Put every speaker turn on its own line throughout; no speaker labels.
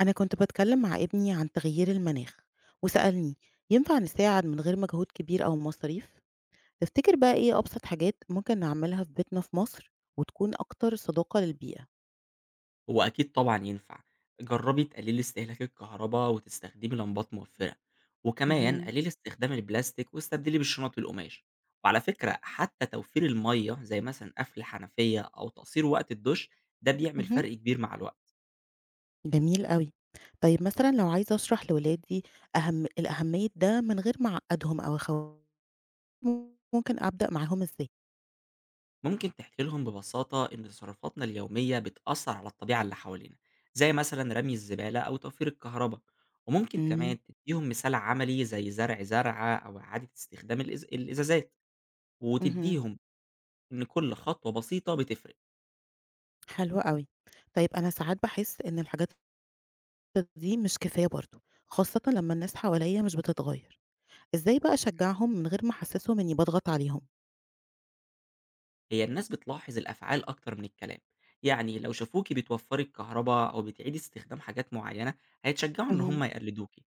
أنا كنت بتكلم مع ابني عن تغيير المناخ وسألني ينفع نساعد من غير مجهود كبير أو مصاريف؟ تفتكر بقى إيه أبسط حاجات ممكن نعملها في بيتنا في مصر وتكون أكتر صداقة للبيئة؟
هو أكيد طبعًا ينفع، جرّبي تقللي استهلاك الكهربا وتستخدمي لمبات موفّرة، وكمان
مهم.
قللي استخدام البلاستيك واستبدليه بالشنط القماش، وعلى فكرة حتى توفير المَيّة زي مثلًا قفل حنفية أو تقصير وقت الدُش ده بيعمل
مهم.
فرق كبير مع الوقت،
جميل قوي. طيب مثلا لو عايزة أشرح لولادي الأهمية ده من غير ما أعقدهم أو أخوفهم ممكن أبدأ معاهم إزاي؟
ممكن تحكي لهم ببساطة إن تصرفاتنا اليومية بتأثّر على الطبيعة اللي حوالينا، زي مثلًا رمي الزبالة أو توفير الكهربا، وممكن كمان
مم.
تدّيهم مثال عملي زي زرع زرعة أو إعادة استخدام الإزازات،
مهم.
وتدّيهم إن كل خطوة بسيطة بتفرق.
حلو قوي. طيب أنا ساعات بحس إن الحاجات دي مش كفاية برضو، خاصة لما الناس حواليا مش بتتغير، إزاي بقى أشجّعهم من غير ما أحسّسهم إنّي باضغط عليهم؟
هي الناس بتلاحظ الأفعال أكتر من الكلام، يعني لو شافوكي بتوفري الكهرباء أو بتعيدي استخدام حاجات معينة هيتشجعوا إن
اهم،
هم يقلدوكي،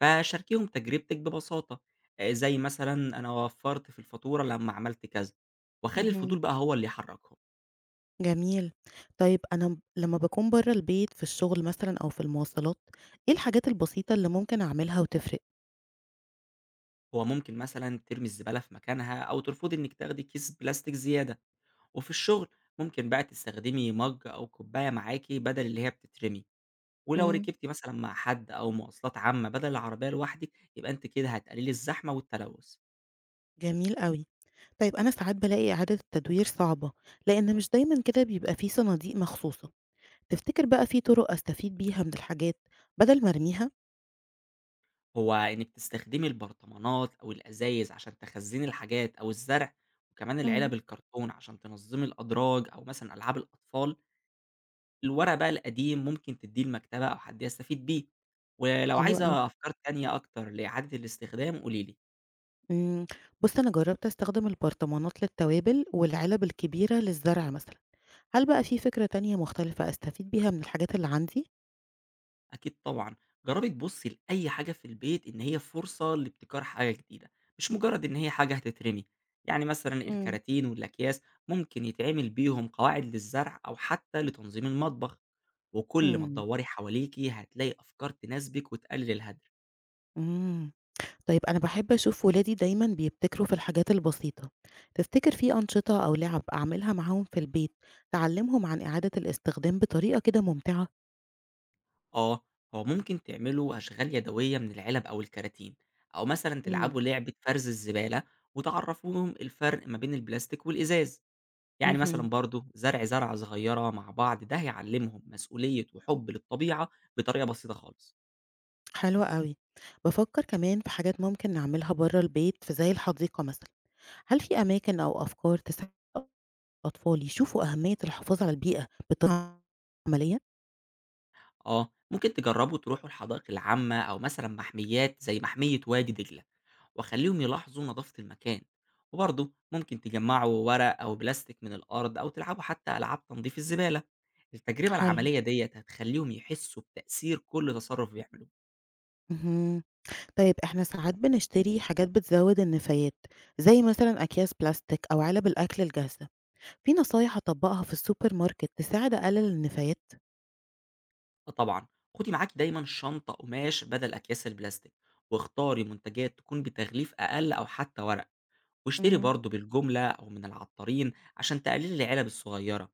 فشاركيهم تجربتك ببساطة، آه، زي مثلا أنا وفرت في الفاتورة لما عملت كذا، وخلي الفضول
اهم.
بقى هو اللي يحركهم.
جميل. طيب أنا لمّا باكون برّه البيت في الشغل مثلًا أو في المواصلات، إيه الحاجات البسيطة اللي ممكن أعملها وتفرق؟
هو ممكن مثلا ترمي الزبالة في مكانها أو ترفضي إنك تاخدي كيس بلاستيك زيادة، وفي الشغل ممكن بقى تستخدمي مج أو كوباية معاكي بدل اللي هي بتترمي، ولو
إمم.
ركبتِ مثلًا مع حد أو مواصلات عامة بدل العربية لوحدِك، يبقى أنتِ كده هتقللي الزحمة والتلوث.
جميل أوي. طيب أنا ساعات بالاقي إعادة التدوير صعبة، لإن مش دايمًا كده بيبقى في صناديق مخصوصة. تفتكر بقى في طُرق أستفيد بيها من الحاجات بدل ما أرميها؟
هو إنِّك تستخدمي البرطمانات أو الأزايز عشان تخزّني الحاجات أو الزرع، وكمان
إمم.
العلب الكرتون عشان تنظّمي الأدراج أو مثلًا ألعاب الأطفال، الورق بقى القديم ممكن تدّيه لمكتبة أو حد يستفيد بيه. ولو
حلو أوي.
عايزة أفكار تانية أكتر لإعادة الاستخدام قولي لي.
إمم. بُص، أنا جرّبت أستخدم البرطمانات للتوابل والعلب الكبيرة للزرع مثلًا. هل بقى في فكرة تانية مختلفة أستفيد بيها من الحاجات اللي عندي؟
أكيد طبعًا، جرّبي تبُصّي لأي حاجة في البيت إن هي فرصة لابتكار حاجة جديدة، مش مجرّد إن هي حاجة هتترمي، يعني مثلًا
إمم.
الكراتين والأكياس ممكن يتعمل بيهم قواعد للزرع أو حتى لتنظيم المطبخ، وكل ما
إمم،
تدوّري حواليكِ هتلاقي أفكار تناسبِك وتقلل الهدر.
إمم. طيب أنا باحب أشوف ولادي دايمًا بيبتكروا في الحاجات البسيطة، تفتكر في أنشطة أو لعب أعملها معاهم في البيت تعلّمهم عن إعادة الاستخدام بطريقة كده ممتعة؟
آه، هو ممكن تعملوا أشغال يدوية من العلب أو الكراتين، أو مثلًا
إمم.
تلعبوا لعبة فرز الزبالة وتعرّفوهم الفرق ما بين البلاستيك والإزاز. يعني
اهم،
مثلًا برضه زرع زرعة صغيّرة مع بعض ده هيعلّمهم مسؤولية وحُب للطبيعة بطريقة بسيطة خالص.
حلو أوي. بافكر كمان في حاجات ممكن نعملها برّه البيت في زي الحديقة مثلًا، هل في أماكن أو أفكار تساعد أطفال يشوفوا أهمية الحفاظ على البيئة بطريقة عملية؟
آه، ممكن تجرّبوا تروحوا الحدائق العامة أو مثلًا محميّات زي محمية وادي دجلة وخلّيهم يلاحظوا نضافة المكان، وبرضه ممكن تجمّعوا ورق أو بلاستيك من الأرض أو تلعبوا حتى ألعاب تنضيف الزبالة. التجربة
حلو،
العملية ديّة هتخلّيهم يحسّوا بتأثير كل تصرُّف بيعملوه.
اهم. طيب إحنا ساعات بنشتري حاجات بتزود النفايات، زي مثلا أكياس بلاستيك أو علب الأكل الجاهزة، في نصايح أطبقها في السوبر ماركت تساعد أقلل النفايات؟
آه طبعًا، خُدي معاكِ دايمًا شنطة قماش بدل أكياس البلاستيك، واختاري منتجات تكون بتغليف أقل أو حتى ورق، واشتري
مم.
برضه بالجملة أو من العطارين عشان تقللي العلب الصغيرة،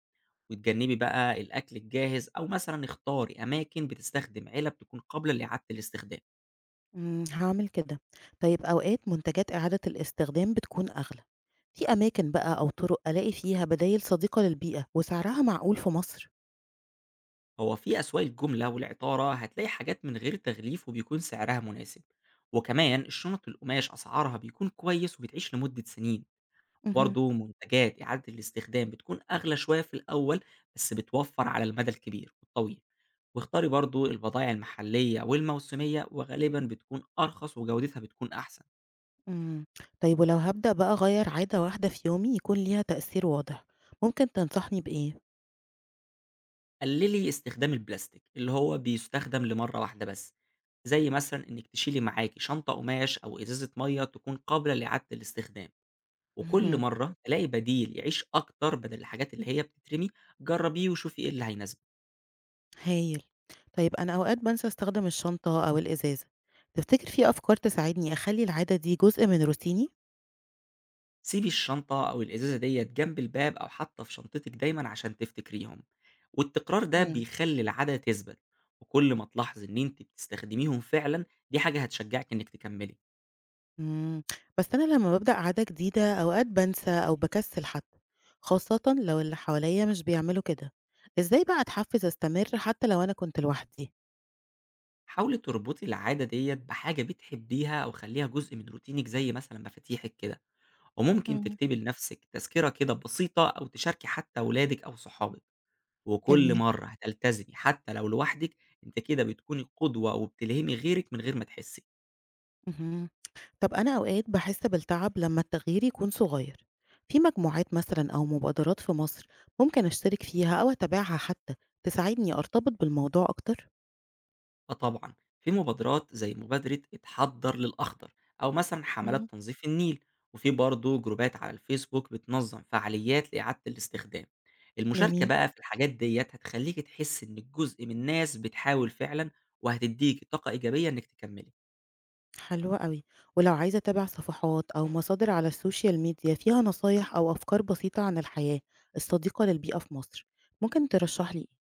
وتجنبي بقى الأكل الجاهز أو مثلًا اختاري أماكن بتستخدم علب تكون قابلة لإعادة الاستخدام.
مم، هعمل كده. طيب أوقات منتجات إعادة الاستخدام بتكون أغلى، في أماكن بقى أو طرق ألاقي فيها بدايل صديقة للبيئة وسعرها معقول في مصر؟
هو في أسواق الجملة والعطارة هتلاقي حاجات من غير تغليف وبيكون سعرها مناسب، وكمان الشنط القماش أسعارها بيكون كويس وبتعيش لمدة سنين.
مهم.
برضه منتجات إعادة الاستخدام بتكون أغلى شوية في الأول، بس بتوفّر على المدى الكبير والطويل، واختاري برضه البضايع المحلية والموسمية، وغالبًا بتكون أرخص وجودتها بتكون أحسن.
مم. طيب ولو هبدأ بقى أغير عادة واحدة في يومي يكون ليها تأثير واضح، ممكن تنصحني بإيه؟
قللي استخدام البلاستيك اللي هو بيستخدم لمرّة واحدة بس، زي مثلًا إنِّك تشيلي معاكِ شنطة قماش أو إزازة مَيّة تكون قابلة لإعادة الاستخدام، وكل
مهم.
مرّة تلاقي بديل يعيش أكتر بدل الحاجات اللي هي بتترمي، جرّبيه وشوفي إيه اللي هيناسبِك.
هايل. طيب أنا أوقات بنسى أستخدم الشنطة أو الإزازة، تفتكر في أفكار تساعدني أخلي العادة دي جزء من روتيني؟
سيبي الشنطة أو الإزازة ديّة جنب الباب أو حتى في شنطتِك دايمًا عشان تفتكريهم، والتكرار ده
مم.
بيخلّي العادة تثبت، وكل ما تلاحظي إن أنتِ بتستخدميهم فعلًا دي حاجة هتشجعِك إنِّك تكمّلي،
مم. بس أنا لما ببدأ عادة جديدة أوقات بنسى أو بكسل حتى، خاصة لو اللي حواليا مش بيعملوا كده، إزاي بقى أتحفز أستمر حتى لو أنا كنت لوحدي؟
حاولي تربطي العادة ديّة بحاجة بتحبيها أو خلّيها جزء من روتينِك زي مثلًا مفاتيحِك كده، وممكن
مم.
تكتبي لنفسِك تذكرة كده بسيطة أو تشاركي حتى ولادِك أو صحابِك، وكل
جميل.
مرّة هتلتزمي حتى لو لوحدِك أنتِ كده بتكوني قدوة وبتلهمي غيرِك من غير ما تحسي.
اهم. طب أنا أوقات باحس بالتعب لمّا التغيير يكون صغير، في مجموعات مثلًا أو مبادرات في مصر ممكن أشترك فيها أو أتابعها حتى تساعدني أرتبط بالموضوع أكتر؟
آه طبعًا، في مبادرات زي مبادرة اتحضّر للأخضر، أو مثلًا
مم.
حملات تنظيف النيل، وفي برضه جروبات على الفيسبوك بتنظم فعاليات لإعادة الاستخدام. المشاركة
جميل،
بقى في الحاجات ديّة هتخلّيكِ تحسّي إنِّك جزء من ناس بتحاول فعلًا، وهتدّيكِ طاقة إيجابية إنِّك تكمّلي.
حلو أوي. ولو عايزة أتابع صفحات أو مصادر على السوشيال ميديا فيها نصايح أو أفكار بسيطة عن الحياة الصديقة للبيئة في مصر، ممكن ترشح لي إيه؟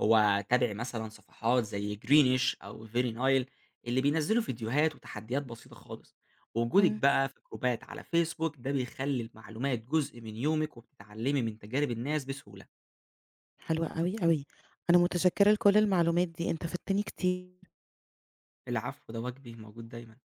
هو تابعي مثلًا صفحات زي greenish أو very nile اللي بينزّلوا فيديوهات وتحديات بسيطة خالص. وجودِك
مم.
بقى في جروبات على فيسبوك ده بيخلّي المعلومات جزء من يومِك، وبتتعلّمي من تجارب الناس بسهولة.
حلوة أوي، أوي، أنا متشكرة لكل المعلومات دي، أنت فدتني كتير.
العفو، ده واجبي، موجود دايمًا.